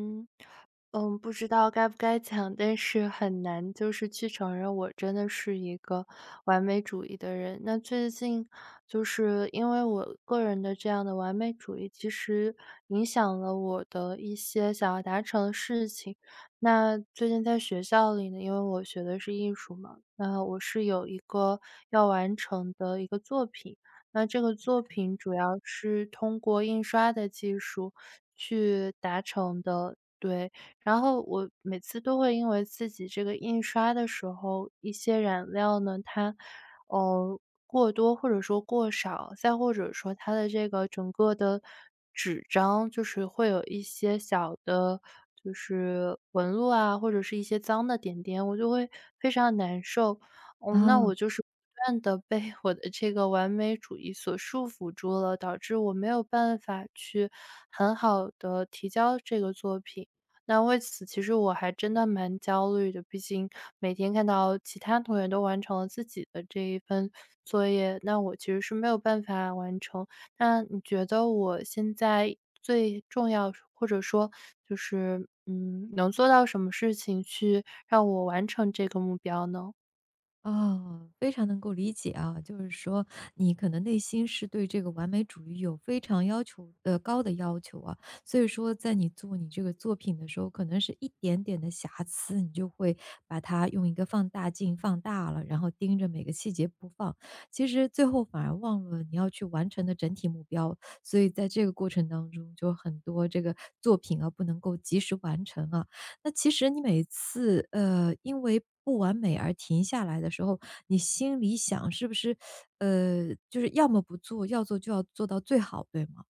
嗯。嗯，不知道该不该讲，但是很难就是去承认我真的是一个完美主义的人。那最近就是因为我个人的这样的完美主义，其实影响了我的一些想要达成的事情。那最近在学校里呢，因为我学的是艺术嘛，那我是有一个要完成的一个作品。那这个作品主要是通过印刷的技术去达成的，对。然后我每次都会因为自己这个印刷的时候，一些染料呢，它，呃，过多或者说过少，再或者说它的这个整个的纸张，就是会有一些小的，就是纹路啊，或者是一些脏的点点，我就会非常难受。啊哦，那我就是不断的被我的这个完美主义所束缚住了，导致我没有办法去很好的提交这个作品。那为此其实我还真的蛮焦虑的，毕竟每天看到其他同学都完成了自己的这一份作业，那我其实是没有办法完成。那你觉得我现在最重要或者说就是，嗯，能做到什么事情去让我完成这个目标呢？啊，非常能够理解啊，就是说你可能内心是对这个完美主义有非常要求的高的要求啊，所以说在你做你这个作品的时候，可能是一点点的瑕疵，你就会把它用一个放大镜放大了，然后盯着每个细节不放，其实最后反而忘了你要去完成的整体目标，所以在这个过程当中，就很多这个作品啊，不能够及时完成啊。那其实你每次，因为不完美而停下来的时候，你心里想是不是，就是要么不做，要做就要做到最好，对吗？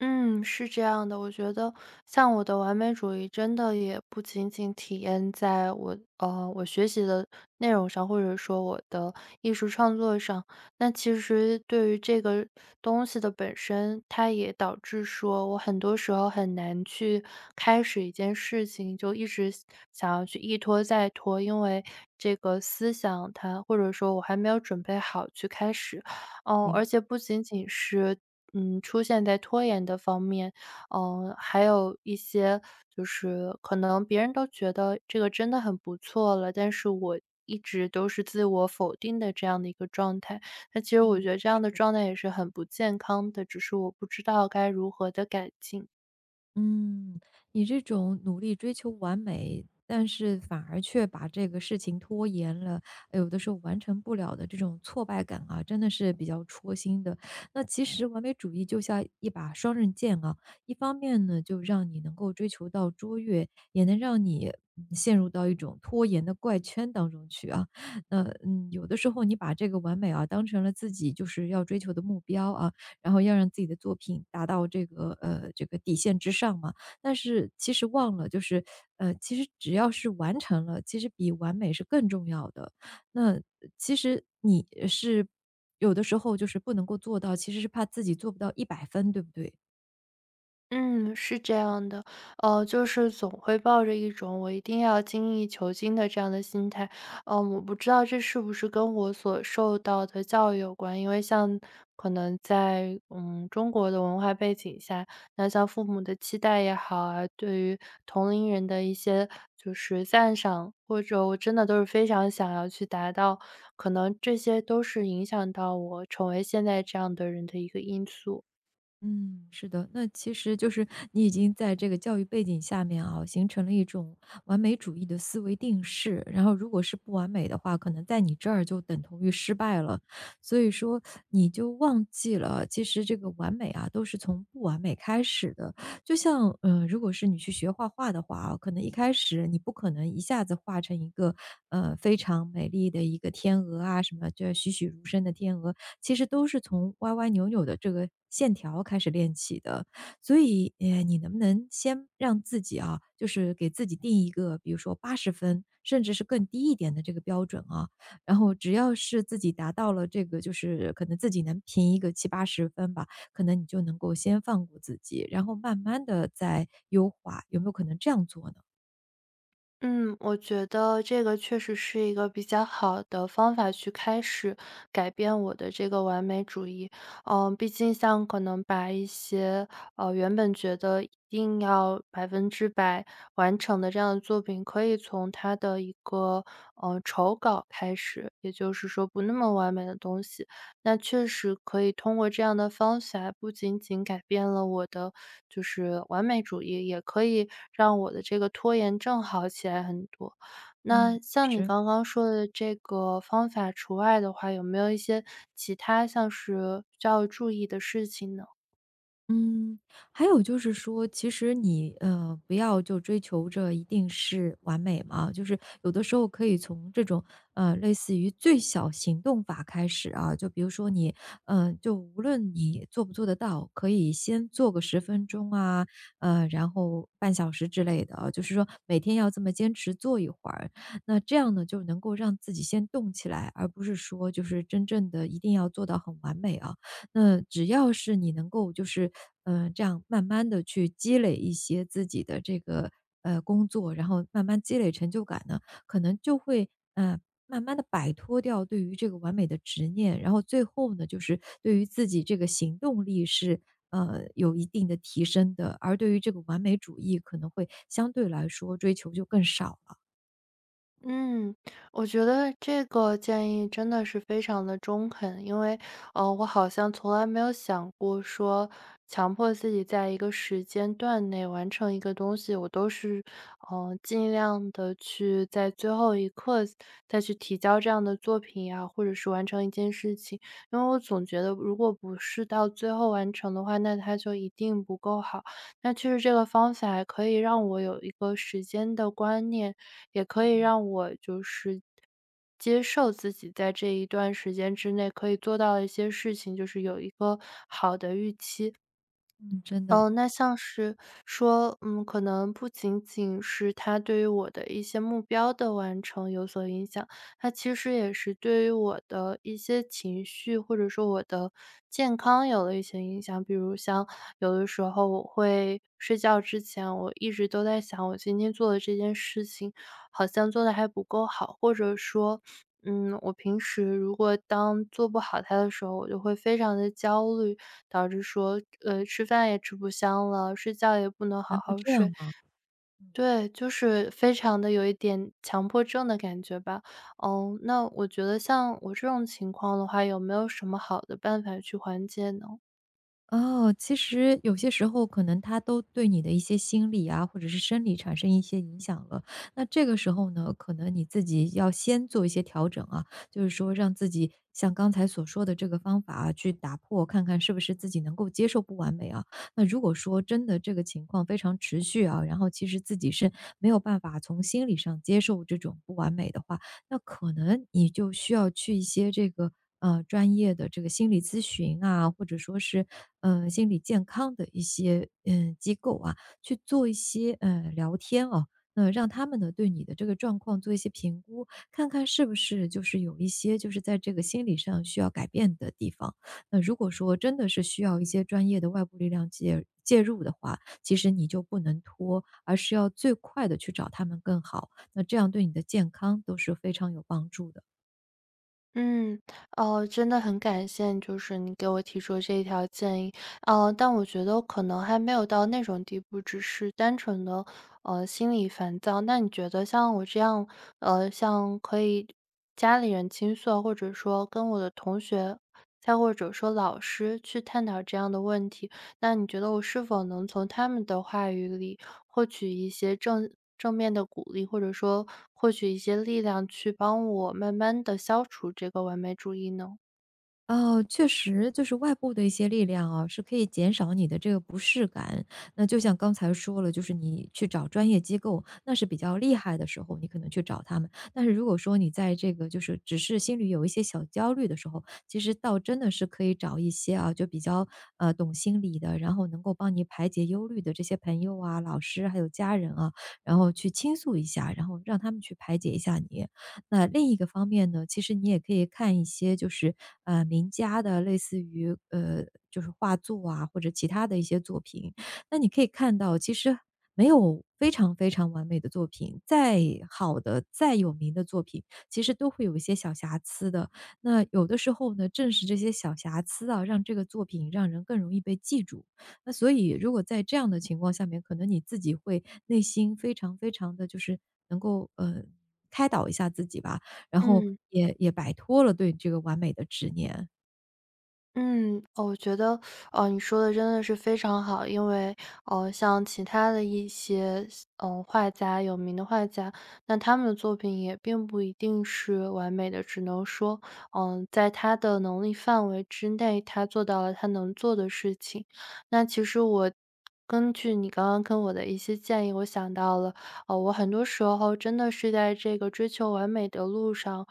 嗯，是这样的，我觉得像我的完美主义，真的也不仅仅体现在我我学习的内容上，或者说我的艺术创作上。那其实对于这个东西的本身，它也导致说我很多时候很难去开始一件事情，就一直想要去一拖再拖，因为这个思想它或者说我还没有准备好去开始。嗯，明而且不仅仅是嗯，出现在拖延的方面，嗯，还有一些就是可能别人都觉得这个真的很不错了，但是我一直都是自我否定的这样的一个状态。那其实我觉得这样的状态也是很不健康的，只是我不知道该如何的改进。嗯，你这种努力追求完美，但是反而却把这个事情拖延了，有的时候完成不了的这种挫败感啊，真的是比较戳心的。那其实完美主义就像一把双刃剑啊，一方面呢，就让你能够追求到卓越，也能让你陷入到一种拖延的怪圈当中去啊。那有的时候你把这个完美啊当成了自己就是要追求的目标啊，然后要让自己的作品达到这个这个底线之上嘛。但是其实忘了，就是其实只要是完成了，其实比完美是更重要的。那其实你是有的时候就是不能够做到，其实是怕自己做不到100分，对不对？嗯，是这样的，就是总会抱着一种我一定要精益求精的这样的心态，嗯，我不知道这是不是跟我所受到的教育有关，因为像可能在嗯中国的文化背景下，那像父母的期待也好啊，对于同龄人的一些就是赞赏，或者我真的都是非常想要去达到，可能这些都是影响到我成为现在这样的人的一个因素。嗯，是的，那其实就是你已经在这个教育背景下面啊，形成了一种完美主义的思维定式，然后如果是不完美的话，可能在你这儿就等同于失败了，所以说你就忘记了，其实这个完美啊，都是从不完美开始的。就像，如果是你去学画画的话啊，可能一开始你不可能一下子画成一个，非常美丽的一个天鹅啊，什么这栩栩如生的天鹅，其实都是从歪歪扭扭的这个线条开始练起的。所以，你能不能先让自己啊，就是给自己定一个，比如说八十分，甚至是更低一点的这个标准啊。然后只要是自己达到了这个就是可能自己能评一个七八十分吧，可能你就能够先放过自己，然后慢慢的再优化，有没有可能这样做呢？嗯，我觉得这个确实是一个比较好的方法去开始改变我的这个完美主义。嗯，毕竟像可能把一些，原本觉得一定要百分之百完成的这样的作品，可以从它的一个，丑稿开始，也就是说不那么完美的东西。那确实可以通过这样的方法，不仅仅改变了我的就是完美主义，也可以让我的这个拖延症好起来很多。嗯，那像你是。刚刚说的这个方法除外的话，有没有一些其他像是需要注意的事情呢？嗯，还有就是说，其实你不要就追求着一定是完美嘛，就是有的时候可以从这种类似于最小行动法开始啊，就比如说你，就无论你做不做得到，可以先做个10分钟啊，然后半小时之类的啊就是说每天要这么坚持做一会儿，那这样呢就能够让自己先动起来，而不是说就是真正的一定要做到很完美啊。那只要是你能够就是，这样慢慢的去积累一些自己的这个，工作，然后慢慢积累成就感呢，可能就会，慢慢的摆脱掉对于这个完美的执念，然后最后呢，就是对于自己这个行动力是，有一定的提升的，而对于这个完美主义可能会相对来说追求就更少了。嗯，我觉得这个建议真的是非常的中肯。因为，我好像从来没有想过说，强迫自己在一个时间段内完成一个东西，我都是，嗯，尽量的去在最后一刻再去提交这样的作品呀，或者是完成一件事情。因为我总觉得如果不是到最后完成的话，那它就一定不够好。那其实这个方法可以让我有一个时间的观念，也可以让我就是接受自己在这一段时间之内可以做到的一些事情，就是有一个好的预期。嗯，真的，那像是说，嗯，可能不仅仅是它对于我的一些目标的完成有所影响，它其实也是对于我的一些情绪，或者说我的健康有了一些影响。比如像有的时候我会睡觉之前，我一直都在想，我今天做的这件事情好像做的还不够好，或者说，嗯，我平时如果当做不好它的时候，我就会非常的焦虑。导致说，吃饭也吃不香了，睡觉也不能还好会好这样睡。吗？对，就是非常的有一点强迫症的感觉吧。哦，那我觉得像我这种情况的话，有没有什么好的办法去缓解呢？哦，其实有些时候可能他都对你的一些心理啊，或者是生理产生一些影响了。那这个时候呢，可能你自己要先做一些调整啊，就是说让自己像刚才所说的这个方法啊，去打破，看看是不是自己能够接受不完美啊。那如果说真的这个情况非常持续啊，然后其实自己是没有办法从心理上接受这种不完美的话，那可能你就需要去一些这个，专业的这个心理咨询啊，或者说是，心理健康的一些，机构啊，去做一些，聊天哦。那让他们呢，对你的这个状况做一些评估，看看是不是就是有一些就是在这个心理上需要改变的地方。那如果说真的是需要一些专业的外部力量介入的话，其实你就不能拖，而是要最快的去找他们更好。那这样对你的健康都是非常有帮助的。嗯。哦，真的很感谢，就是你给我提出这一条建议，哦，但我觉得我可能还没有到那种地步，只是单纯的，心里烦躁。那你觉得像我这样，像可以家里人倾诉啊或者说跟我的同学，再或者说老师去探讨这样的问题，那你觉得我是否能从他们的话语里获取一些正面的鼓励，或者说获取一些力量去帮我慢慢的消除这个完美主义呢？哦，确实就是外部的一些力量啊，是可以减少你的这个不适感。那就像刚才说了，就是你去找专业机构，那是比较厉害的时候，你可能去找他们。但是如果说你在这个就是只是心里有一些小焦虑的时候，其实倒真的是可以找一些啊，就比较懂心理的，然后能够帮你排解忧虑的这些朋友啊、老师还有家人啊，然后去倾诉一下，然后让他们去排解一下你。那另一个方面呢，其实你也可以看一些就是，名家的类似于，就是画作啊，或者其他的一些作品。那你可以看到，其实没有非常非常完美的作品，再好的、再有名的作品，其实都会有一些小瑕疵的。那有的时候呢，正是这些小瑕疵啊，让这个作品让人更容易被记住。那所以如果在这样的情况下面，可能你自己会内心非常非常的就是能够，开导一下自己吧，然后嗯。也摆脱了对这个完美的执念。嗯，我觉得，你说的真的是非常好，因为，像其他的一些，嗯、画家，有名的画家，那他们的作品也并不一定是完美的，只能说，嗯、在他的能力范围之内，他做到了他能做的事情。那其实我根据你刚刚跟我的一些建议，我想到了，我很多时候真的是在这个追求完美的路上，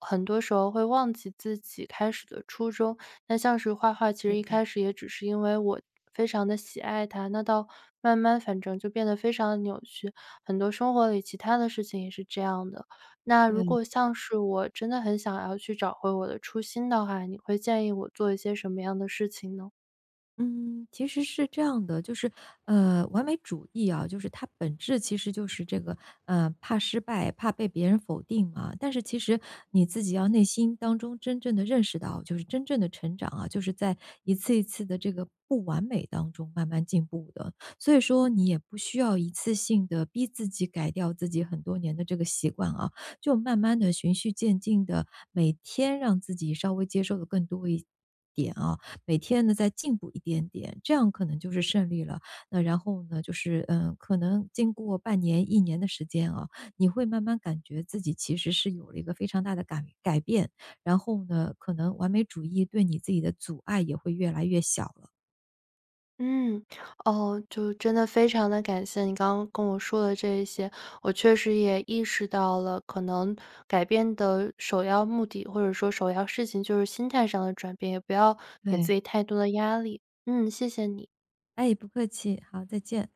很多时候会忘记自己开始的初衷。那像是画画，其对实一的，开始也只是因为我非常的喜爱它，那到慢慢反正就变得非常的扭曲，很多生活里其他的事情也是这样的。那如对。果像是我真的很想要去找回我的初心的话，你会建议我做一些什么样的事情呢？嗯，其实是这样的，就是，完美主义啊，就是它本质其实就是这个，怕失败，怕被别人否定嘛。但是其实你自己要内心当中真正的认识到，就是真正的成长啊，就是在一次一次的这个不完美当中慢慢进步的。所以说，你也不需要一次性的逼自己改掉自己很多年的这个习惯啊，就慢慢的循序渐进的，每天让自己稍微接受的更多一点啊。每天呢再进步一点点，这样可能就是胜利了。那然后呢，就是可能经过半年、一年的时间啊，你会慢慢感觉自己其实是有了一个非常大的改变，然后呢，可能完美主义对你自己的阻碍也会越来越小了。嗯。哦，就真的非常的感谢你刚刚跟我说的这一些，我确实也意识到了，可能改变的首要目的，或者说首要事情就是心态上的转变，也不要给自对。己太多的压力。嗯，谢谢你。哎，不客气，好，再见。